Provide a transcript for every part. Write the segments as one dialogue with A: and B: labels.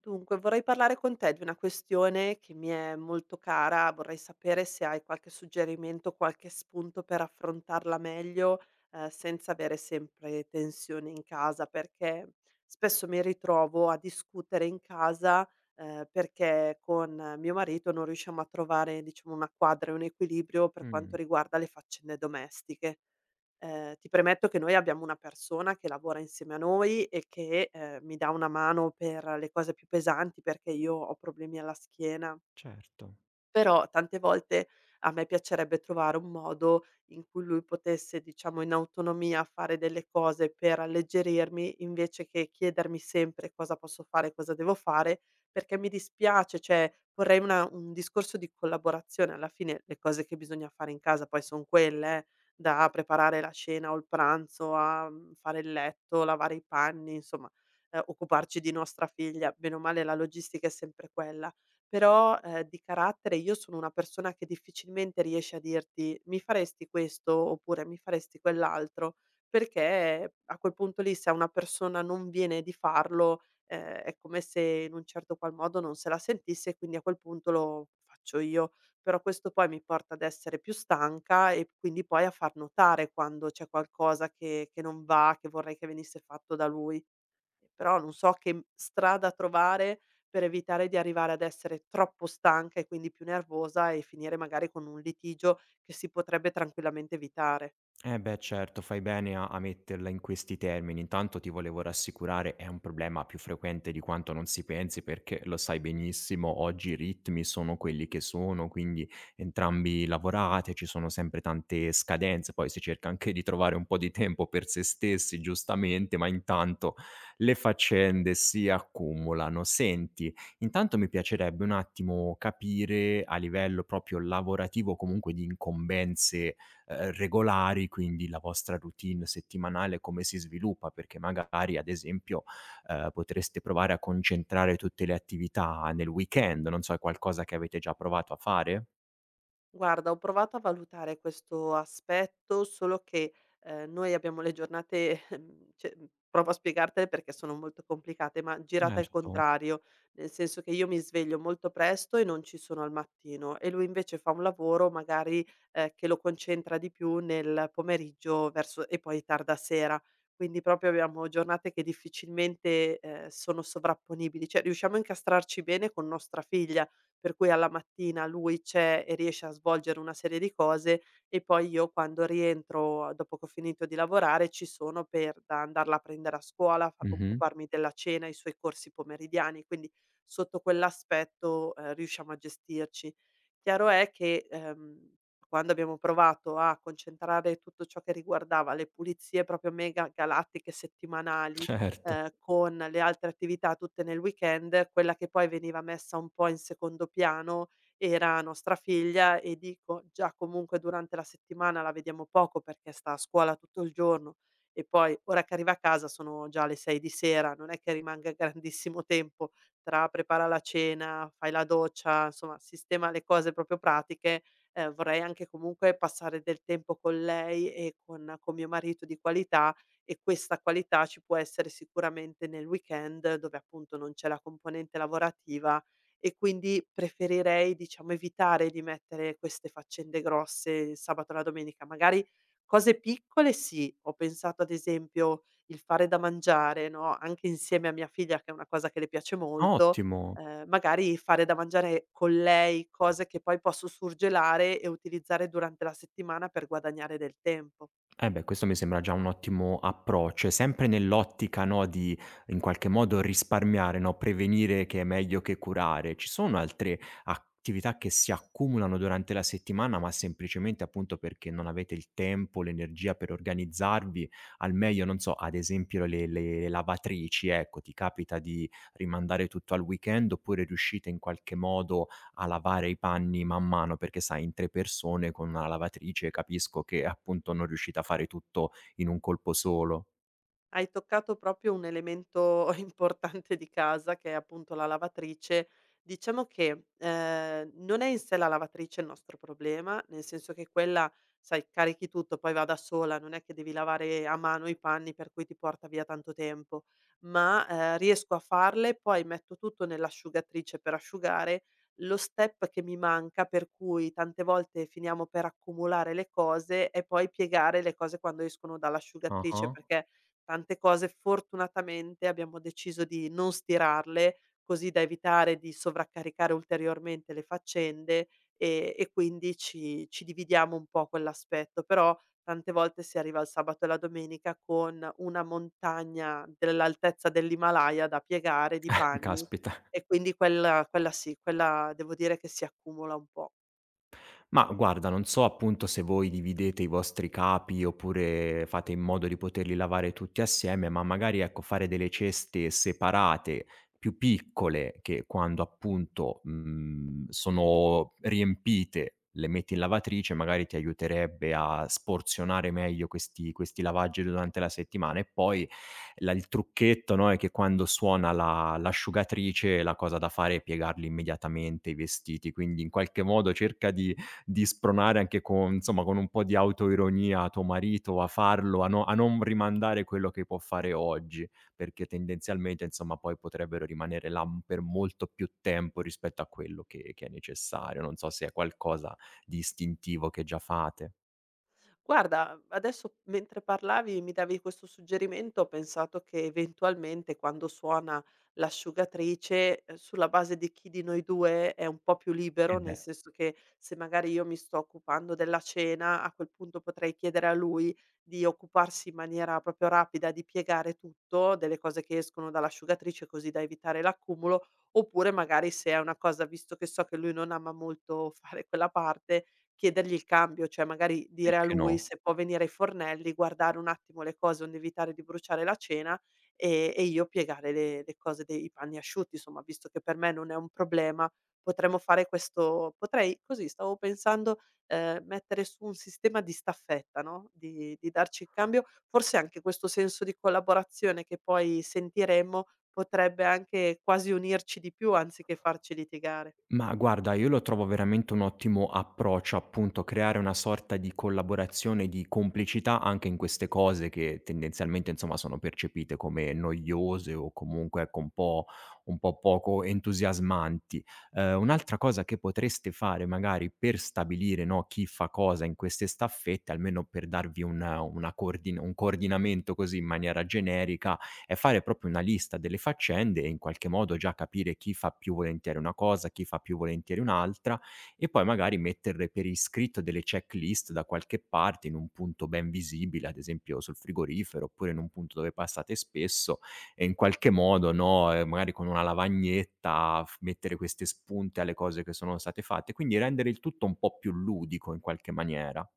A: Dunque, vorrei parlare con te di una questione che mi è molto cara, vorrei sapere se hai qualche suggerimento, qualche spunto per affrontarla meglio, senza avere sempre tensione in casa, perché spesso mi ritrovo a discutere in casa, perché con mio marito non riusciamo a trovare, diciamo, una quadra e un equilibrio per quanto
B: Mh,
A: riguarda le faccende domestiche. Ti premetto che noi abbiamo una persona che lavora insieme a noi e che, mi dà una mano per le cose più pesanti perché io ho problemi alla schiena,
B: certo.
A: però tante volte a me piacerebbe trovare un modo in cui lui potesse, diciamo, in autonomia fare delle cose per alleggerirmi, invece che chiedermi sempre cosa posso fare, cosa devo fare, perché mi dispiace, cioè vorrei una un discorso di collaborazione. Alla fine le cose che bisogna fare in casa poi son quelle, da preparare la cena o il pranzo a, fare il letto, lavare i panni, insomma, occuparci di nostra figlia. Bene o male la logistica è sempre quella però, di carattere io sono una persona che difficilmente riesce a dirti: "Mi faresti questo?" Oppure: "Mi faresti quell'altro?" Perché a quel punto lì, se a una persona non viene di farlo, è come se in un certo qual modo non se la sentisse e quindi a quel punto lo faccio io. Però questo poi mi porta ad essere più stanca e quindi poi a far notare quando c'è qualcosa che non va, che vorrei che venisse fatto da lui. Però non so che, strada trovare per evitare di arrivare ad essere troppo stanca e quindi più nervosa e finire magari con un litigio che si potrebbe tranquillamente evitare.
B: Eh beh, certo, fai bene a metterla in questi termini. Intanto ti volevo rassicurare, è un problema più frequente di quanto non si pensi, perché lo sai benissimo, oggi i ritmi sono quelli che sono, quindi entrambi lavorate, ci sono sempre tante scadenze, poi si cerca anche di trovare un po' di tempo per se stessi, giustamente, ma intanto le faccende si accumulano. Senti, intanto mi piacerebbe un attimo capire a livello proprio lavorativo, comunque di incombenze regolari, quindi la vostra routine settimanale come si sviluppa, perché magari ad esempio, potreste provare a concentrare tutte le attività nel weekend, non so, è qualcosa che avete già provato a fare?
A: Guarda, ho provato a valutare questo aspetto, solo che, noi abbiamo le giornate cioè, provo a spiegartele perché sono molto complicate, ma girate al
B: Certo.
A: contrario, nel senso che io mi sveglio molto presto e non ci sono al mattino e lui invece fa un lavoro magari, che lo concentra di più nel pomeriggio verso e poi tarda sera. Quindi proprio abbiamo giornate che difficilmente, sono sovrapponibili, cioè riusciamo a incastrarci bene con nostra figlia, per cui alla mattina lui c'è e riesce a svolgere una serie di cose e poi io quando rientro, dopo che ho finito di lavorare, ci sono per da andarla a prendere a scuola, fa
B: Mh-mh,
A: occuparmi della cena, i suoi corsi pomeridiani, quindi sotto quell'aspetto, riusciamo a gestirci. Chiaro è che, quando abbiamo provato a concentrare tutto ciò che riguardava le pulizie proprio mega galattiche settimanali
B: certo.
A: con le altre attività tutte nel weekend, quella che poi veniva messa un po' in secondo piano era nostra figlia e dico: "Già comunque durante la settimana la vediamo poco perché sta a scuola tutto il giorno e poi ora che arriva a casa sono già le 6 di sera, non è che rimanga grandissimo tempo tra prepara la cena, fai la doccia, insomma sistema le cose proprio pratiche, vorrei anche comunque passare del tempo con lei e con mio marito di qualità e questa qualità ci può essere sicuramente nel weekend dove appunto non c'è la componente lavorativa e quindi preferirei, diciamo, evitare di mettere queste faccende grosse il sabato e la domenica. Magari cose piccole sì, ho pensato ad esempio il fare da mangiare, no, anche insieme a mia figlia che è una cosa che le piace molto,
B: Ottimo.
A: magari fare da mangiare con lei, cose che poi posso surgelare e utilizzare durante la settimana per guadagnare del tempo.
B: Eh beh, questo mi sembra già un ottimo approccio e sempre nell'ottica, no, di in qualche modo risparmiare, no, prevenire che è meglio che curare. Ci sono altre attività che si accumulano durante la settimana, ma semplicemente appunto perché non avete il tempo, l'energia per organizzarvi al meglio, non so, ad esempio le lavatrici, ecco, ti capita di rimandare tutto al weekend oppure riuscite in qualche modo a lavare i panni man mano, perché sai in 3 persone con una lavatrice capisco che appunto non riuscite a fare tutto in un colpo solo.
A: Hai toccato proprio un elemento importante di casa che è appunto la lavatrice. Diciamo che, non è in sé la lavatrice il nostro problema, nel senso che quella, sai, carichi tutto, poi va da sola, non è che devi lavare a mano i panni per cui ti porta via tanto tempo, ma, riesco a farle, poi metto tutto nell'asciugatrice per asciugare. Lo step che mi manca, per cui tante volte finiamo per accumulare le cose e poi piegare le cose quando escono dall'asciugatrice,
B: Ah-ah.
A: perché tante cose fortunatamente abbiamo deciso di non stirarle, così da evitare di sovraccaricare ulteriormente le faccende, e quindi ci dividiamo un po' quell'aspetto. Però tante volte si arriva il sabato e la domenica con una montagna dell'altezza dell'Himalaya da piegare di panni
B: Caspita.
A: e quindi quella sì, quella devo dire che si accumula un po'.
B: Ma guarda, non so appunto se voi dividete i vostri capi oppure fate in modo di poterli lavare tutti assieme, ma magari ecco fare delle ceste separate, più piccole, che quando appunto sono riempite le metti in lavatrice, magari ti aiuterebbe a sporzionare meglio questi lavaggi durante la settimana e poi la il trucchetto, no, è che quando suona la l'asciugatrice la cosa da fare è piegarli immediatamente i vestiti, quindi in qualche modo cerca di spronare anche con insomma, con un po' di autoironia tuo marito a farlo, a no a non rimandare quello che può fare oggi, perché tendenzialmente, insomma, poi potrebbero rimanere là, per molto più tempo rispetto a quello che è necessario. Non so se è qualcosa di istintivo che già fate.
A: Guarda, adesso mentre parlavi mi davi questo suggerimento, ho pensato che eventualmente quando suona l'asciugatrice, sulla base di chi di noi 2 è un po' più
B: Eh
A: libero, nel
B: beh,
A: senso che se magari io mi sto occupando della cena, a quel punto potrei chiedere a lui di occuparsi in maniera proprio rapida di piegare tutto, delle cose che escono dall'asciugatrice così da evitare l'accumulo, oppure magari se è una cosa visto che so che lui non ama molto fare quella parte, chiedergli il cambio, cioè magari dire a
B: perché
A: lui
B: no?
A: se può venire ai fornelli, guardare un attimo le cose, onde evitare di bruciare la cena, e io piegare le cose dei i panni asciutti, insomma, visto che per me non è un problema, potremmo fare questo potrei così stavo pensando, mettere su un sistema di staffetta, no, di darci il cambio. Forse anche questo senso di collaborazione che poi sentiremmo potrebbe anche quasi unirci di più anziché farci litigare.
B: Ma guarda, io lo trovo veramente un ottimo approccio, appunto, creare una sorta di collaborazione, di complicità anche in queste cose che tendenzialmente, insomma, sono percepite come noiose o comunque ecco, un po', poco entusiasmanti. Un'altra cosa che potreste fare magari per stabilire no, chi fa cosa in queste staffette, almeno per darvi un coordinamento così in maniera generica, è fare proprio una lista delle faccende e in qualche modo già capire chi fa più volentieri una cosa, chi fa più volentieri un'altra e poi magari mettere per iscritto delle checklist da qualche parte in un punto ben visibile, ad esempio sul frigorifero oppure in un punto dove passate spesso e in qualche modo, no, magari con una lavagnetta f mettere queste spunte alle cose che sono state fatte, quindi rendere il tutto un po' più ludico in qualche maniera.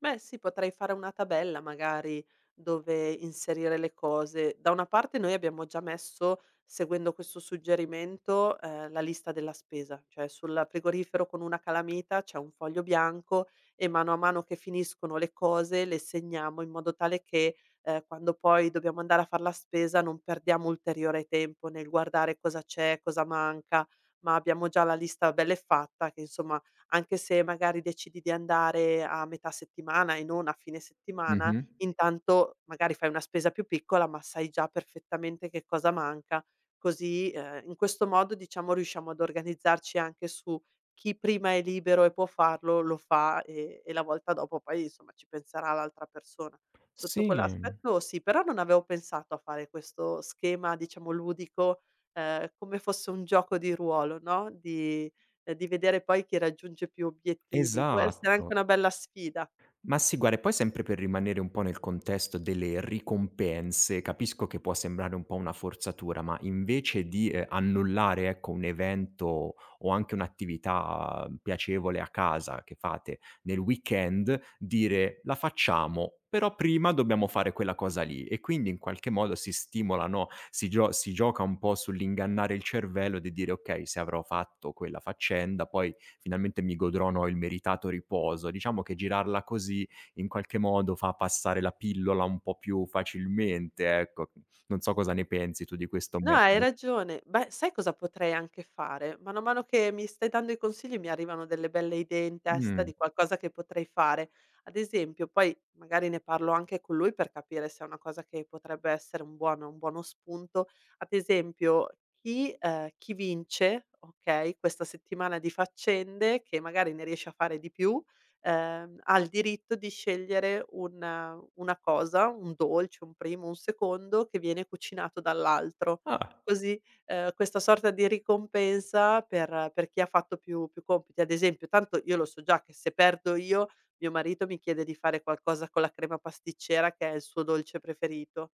A: Beh sì, potrei fare una tabella magari dove inserire le cose. Da una parte noi abbiamo già messo, seguendo questo suggerimento, la lista della spesa, cioè sul frigorifero con una calamita c'è un foglio bianco e mano a mano che finiscono le cose le segniamo in modo tale che, quando poi dobbiamo andare a far la spesa non perdiamo ulteriore tempo nel guardare cosa c'è, cosa manca, ma abbiamo già la lista bell'e fatta che insomma anche se magari decidi di andare a metà settimana e non a fine settimana,
B: Mh-mh.
A: intanto magari fai una spesa più piccola, ma sai già perfettamente che cosa manca. Così, in questo modo, diciamo, riusciamo ad organizzarci anche su chi prima è libero e può farlo, lo fa, e la volta dopo poi, insomma, ci penserà l'altra persona. Sotto
B: Sì,
A: quell'aspetto sì, però non avevo pensato a fare questo schema, diciamo, ludico, come fosse un gioco di ruolo, no, di di vedere poi chi raggiunge più obiettivi. Può essere anche
B: esatto.
A: una bella sfida.
B: Ma sì, guarda, e poi sempre per rimanere un po' nel contesto delle ricompense, capisco che può sembrare un po' una forzatura, ma invece di, annullare, ecco, un evento o anche un'attività piacevole a casa che fate nel weekend, dire: "La facciamo, però prima dobbiamo fare quella cosa lì." E quindi in qualche modo si stimola, no, si gioca un po' sull'ingannare il cervello di dire: "Okay, se avrò fatto quella faccenda poi finalmente mi godrò il meritato riposo." Diciamo che girarla così in qualche modo fa passare la pillola un po' più facilmente, ecco. Non so cosa ne pensi tu di questo
A: No, hai
B: metodo.
A: ragione. Beh, sai cosa potrei anche fare? Mano a mano che mi stai dando i consigli mi arrivano delle belle idee in testa
B: Mh.
A: di qualcosa che potrei fare. Ad esempio, poi magari ne parlo anche con lui per capire se è una cosa che potrebbe essere un buono spunto. Ad esempio, chi, chi vince, ok, questa settimana di faccende, che magari ne riesce a fare di più, ha il diritto di scegliere una cosa, un dolce, un primo, un secondo che viene cucinato dall'altro
B: Ah.
A: così, questa sorta di ricompensa per chi ha fatto più compiti. Ad esempio, tanto io lo so già che se perdo io, mio marito mi chiede di fare qualcosa con la crema pasticcera che è il suo dolce preferito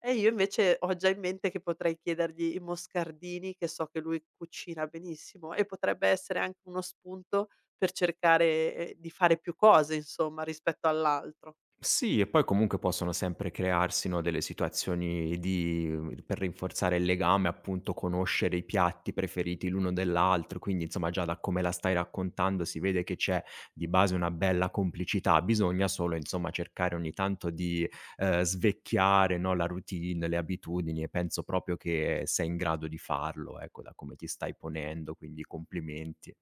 A: e io invece ho già in mente che potrei chiedergli i moscardini, che so che lui cucina benissimo e potrebbe essere anche uno spunto per cercare, di fare più cose insomma rispetto all'altro.
B: Sì, e poi comunque possono sempre crearsi, no, delle situazioni di per rinforzare il legame, appunto, conoscere i piatti preferiti l'uno dell'altro, quindi insomma già da come la stai raccontando si vede che c'è di base una bella complicità, bisogna solo insomma cercare ogni tanto di, svecchiare, no, la routine, le abitudini e penso proprio che sei in grado di farlo, ecco, da come ti stai ponendo, quindi complimenti.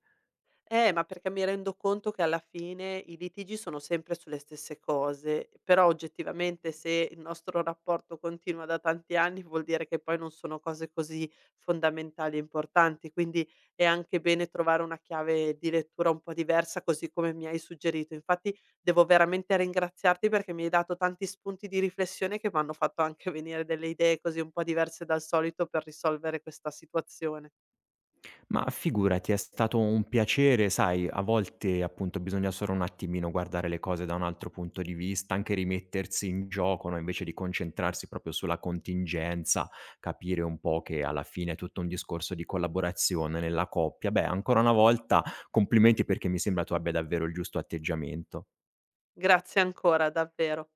A: Ma perché mi rendo conto che alla fine i litigi sono sempre sulle stesse cose, però oggettivamente se il nostro rapporto continua da tanti anni vuol dire che poi non sono cose così fondamentali e importanti, quindi è anche bene trovare una chiave di lettura un po' diversa, così come mi hai suggerito. Infatti devo veramente ringraziarti perché mi hai dato tanti spunti di riflessione che mi hanno fatto anche venire delle idee così un po' diverse dal solito per risolvere questa situazione.
B: Ma figurati, è stato un piacere, sai, a volte appunto bisogna solo un attimino guardare le cose da un altro punto di vista, anche rimettersi in gioco, no, invece di concentrarsi proprio sulla contingenza, capire un po' che alla fine è tutto un discorso di collaborazione nella coppia. Beh, ancora una volta complimenti perché mi sembra tu abbia davvero il giusto atteggiamento.
A: Grazie ancora, davvero.